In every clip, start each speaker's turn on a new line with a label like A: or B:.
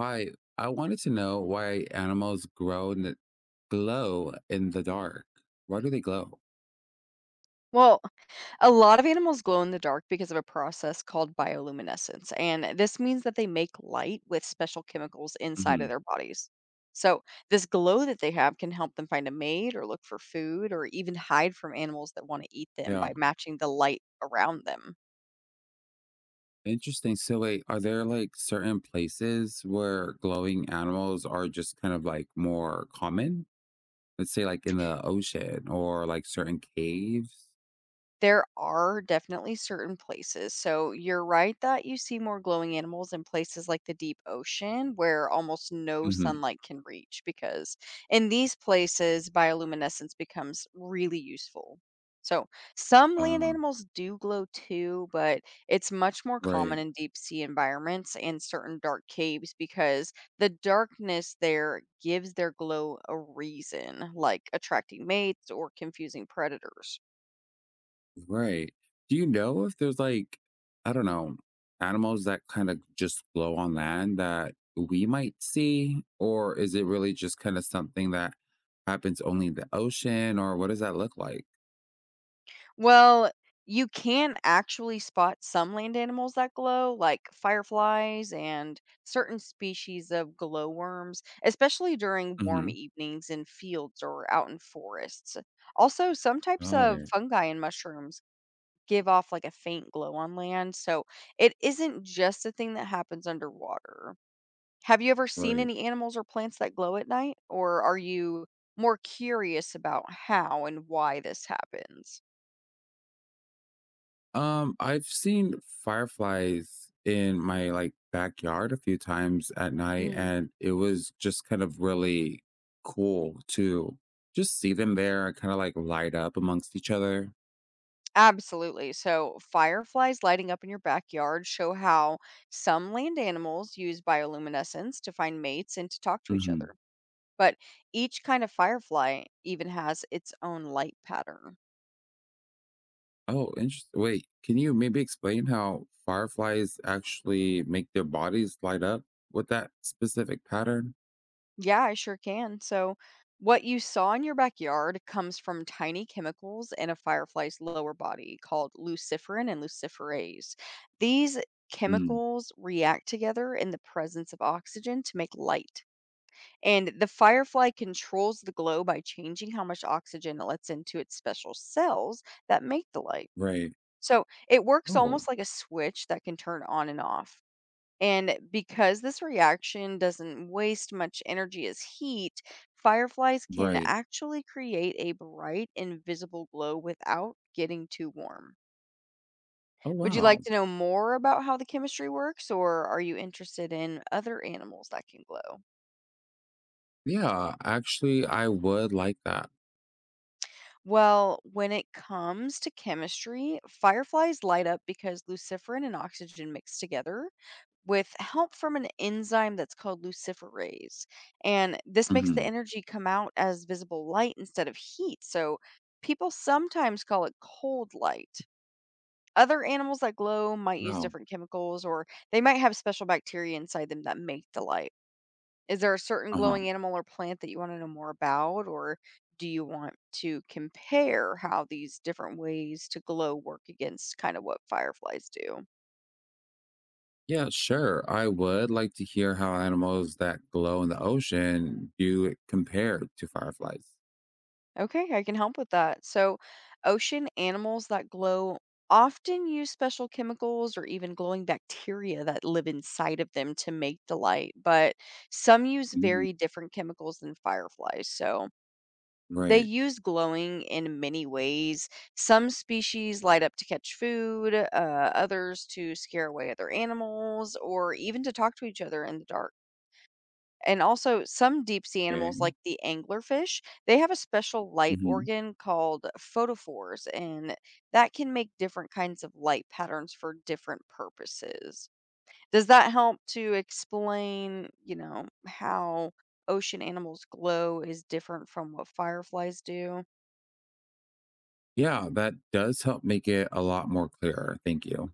A: Hi, I wanted to know why animals grow in the glow in the dark. Why do they glow?
B: Well, a lot of animals glow in the dark because of a process called bioluminescence, and this means that they make light with special chemicals inside of
A: Hmm.
B: their bodies. So, this glow that they have can help them find a mate or look for food or even hide from animals that want to eat them
A: Yeah,
B: by matching the light around them.
A: interesting. So wait, are there like certain places where glowing animals are just kind of like more common? Let's say like in the ocean or like certain caves.
B: There are definitely certain places. So you're right that you see more glowing animals in places like the deep ocean where almost no
A: Hmm.
B: sunlight can reach because in these places bioluminescence becomes really useful. So some land
A: Uh,
B: animals do glow too, but it's much more common
A: right.
B: in deep sea environments and certain dark caves because the darkness there gives their glow a reason, like attracting mates or confusing predators.
A: Right. Do you know if there's like, I don't know, animals that kind of just glow on land that we might see? Or is it really just kind of something that happens only in the ocean? Or what does that look like?
B: Well, you can actually spot some land animals that glow, like fireflies and certain species of glowworms, especially during warm
A: Hmm.
B: evenings in fields or out in forests. Also, some types
A: Got
B: of
A: it.
B: fungi and mushrooms give off like a faint glow on land, so it isn't just a thing that happens underwater. Have you ever seen
A: Right.
B: any animals or plants that glow at night, or are you more curious about how and why this happens?
A: I've seen fireflies in my like backyard a few times at night, and it was just kind of really cool to just see them there and kind of like light up amongst each other.
B: Absolutely. So, fireflies lighting up in your backyard show how some land animals use bioluminescence to find mates and to talk to each
A: Mm-hmm.
B: other. But each kind of firefly even has its own light pattern.
A: Oh, interesting. Wait, can you maybe explain how fireflies actually make their bodies light up with that specific pattern?
B: Yeah, I sure can. So, what you saw in your backyard comes from tiny chemicals in a firefly's lower body called luciferin and luciferase. These
A: Mm,
B: chemicals react together in the presence of oxygen to make light. And the firefly controls the glow by changing how much oxygen it lets into its special cells that make the light.
A: right.
B: So it works
A: Oh,
B: almost like a switch that can turn on and off. And because this reaction doesn't waste much energy as heat, fireflies can
A: right.
B: actually create a bright, invisible glow without getting too warm.
A: Oh,
B: Would you like
A: wow.
B: to know more about how the chemistry works, or are you interested in other animals that can glow?
A: Yeah, actually, I would like that.
B: Well, when it comes to chemistry, fireflies light up because luciferin and oxygen mix together with help from an enzyme that's called luciferase. And this makes the
A: Hmm.
B: energy come out as visible light instead of heat. So people sometimes call it cold light. Other animals that glow might use
A: Wow.
B: different chemicals or they might have special bacteria inside them that make the light. Is there a certain
A: Uh huh.
B: glowing animal or plant that you wanna know more about, or do you want to compare how these different ways to glow work against kind of what fireflies do?
A: Yeah, sure. I would like to hear how animals that glow in the ocean do it compared to fireflies.
B: Okay, I can help with that. So, ocean animals that glow often use special chemicals or even glowing bacteria that live inside of them to make the light, but some use
A: Mm,
B: very different chemicals than fireflies. So, they
A: right.
B: use glowing in many ways. Some species light up to catch food, others to scare away other animals, or even to talk to each other in the dark. And also, some deep sea
A: Okay.
B: animals, like the anglerfish, they have a special light
A: Hmm.
B: organ called photophores, and that can make different kinds of light patterns for different purposes. Does that help to explain, you know, how ocean animals glow is different from what fireflies do?
A: Yeah, that does help make it a lot more clearer. Thank you.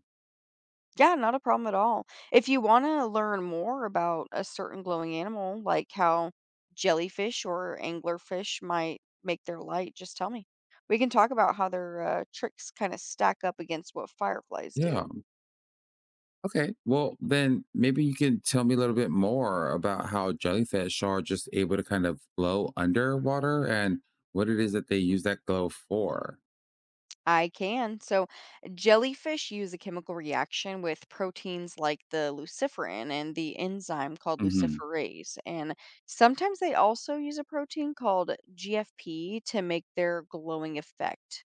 B: Yeah, not a problem at all. If you want to learn more about a certain glowing animal, like how jellyfish or anglerfish might make their light, just tell me. We can talk about how their tricks kind of stack up against what fireflies
A: Yeah.
B: do.
A: Okay. Well, then maybe you can tell me a little bit more about how jellyfish are just able to kind of glow underwater and what it is that they use that glow for.
B: I can. So, jellyfish use a chemical reaction with proteins like the luciferin and the enzyme called
A: Hmm.
B: luciferase. And sometimes they also use a protein called GFP to make their glowing effect.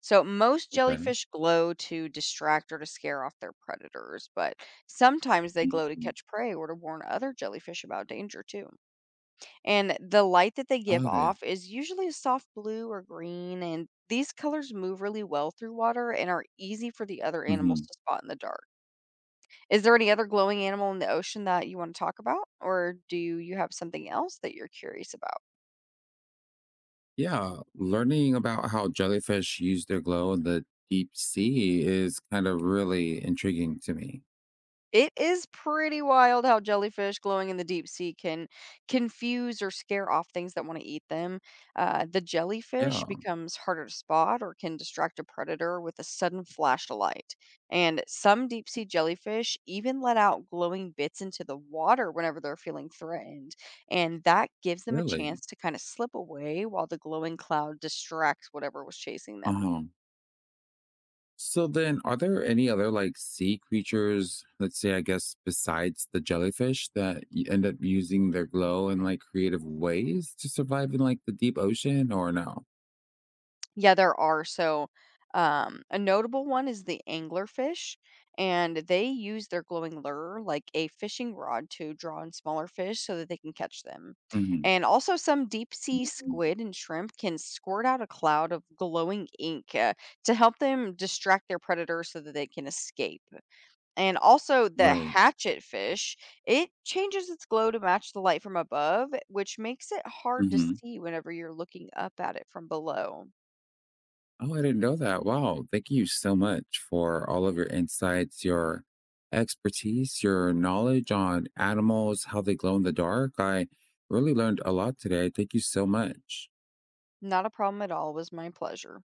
B: So most
A: Okay.
B: jellyfish glow to distract or to scare off their predators, but sometimes they glow to
A: Mhm.
B: catch prey or to warn other jellyfish about danger too. And the light that they give
A: Got it.
B: off is usually a soft blue or green, and these colors move really well through water and are easy for the other
A: Hmm.
B: animals to spot in the dark. Is there any other glowing animal in the ocean that you want to talk about, or do you have something else that you're curious about?
A: Yeah. Learning about how jellyfish use their glow in the deep sea is kind of really intriguing to me.
B: It is pretty wild how jellyfish glowing in the deep sea can confuse or scare off things that want to eat them. The
A: Yeah,
B: jellyfish becomes harder to spot or can distract a predator with a sudden flash of light. And some deep sea jellyfish even let out glowing bits into the water whenever they're feeling threatened. And that gives them a
A: really.
B: chance to kind of slip away while the glowing cloud distracts whatever was chasing
A: Uh
B: them.
A: huh. So then, are there any other like sea creatures, let's say, I guess, besides the jellyfish that end up using their glow in like creative ways to survive in like the deep ocean or no?
B: Yeah, there are. So, a notable one is the anglerfish, and they use their glowing lure like a fishing rod to draw in smaller fish so that they can catch them.
A: Hmm.
B: And also, some deep sea
A: Mm.
B: squid and shrimp can squirt out a cloud of glowing ink to help them distract their predators so that they can escape. And also, the
A: Right.
B: hatchet fish, it changes its glow to match the light from above, which makes it hard to
A: Hmm.
B: see whenever you're looking up at it from below.
A: Oh, I didn't know that. Wow. Thank you so much for all of your insights, your expertise, your knowledge on animals, how they glow in the dark. I really learned a lot today. Thank you so much.
B: Not a problem at all. It was my pleasure.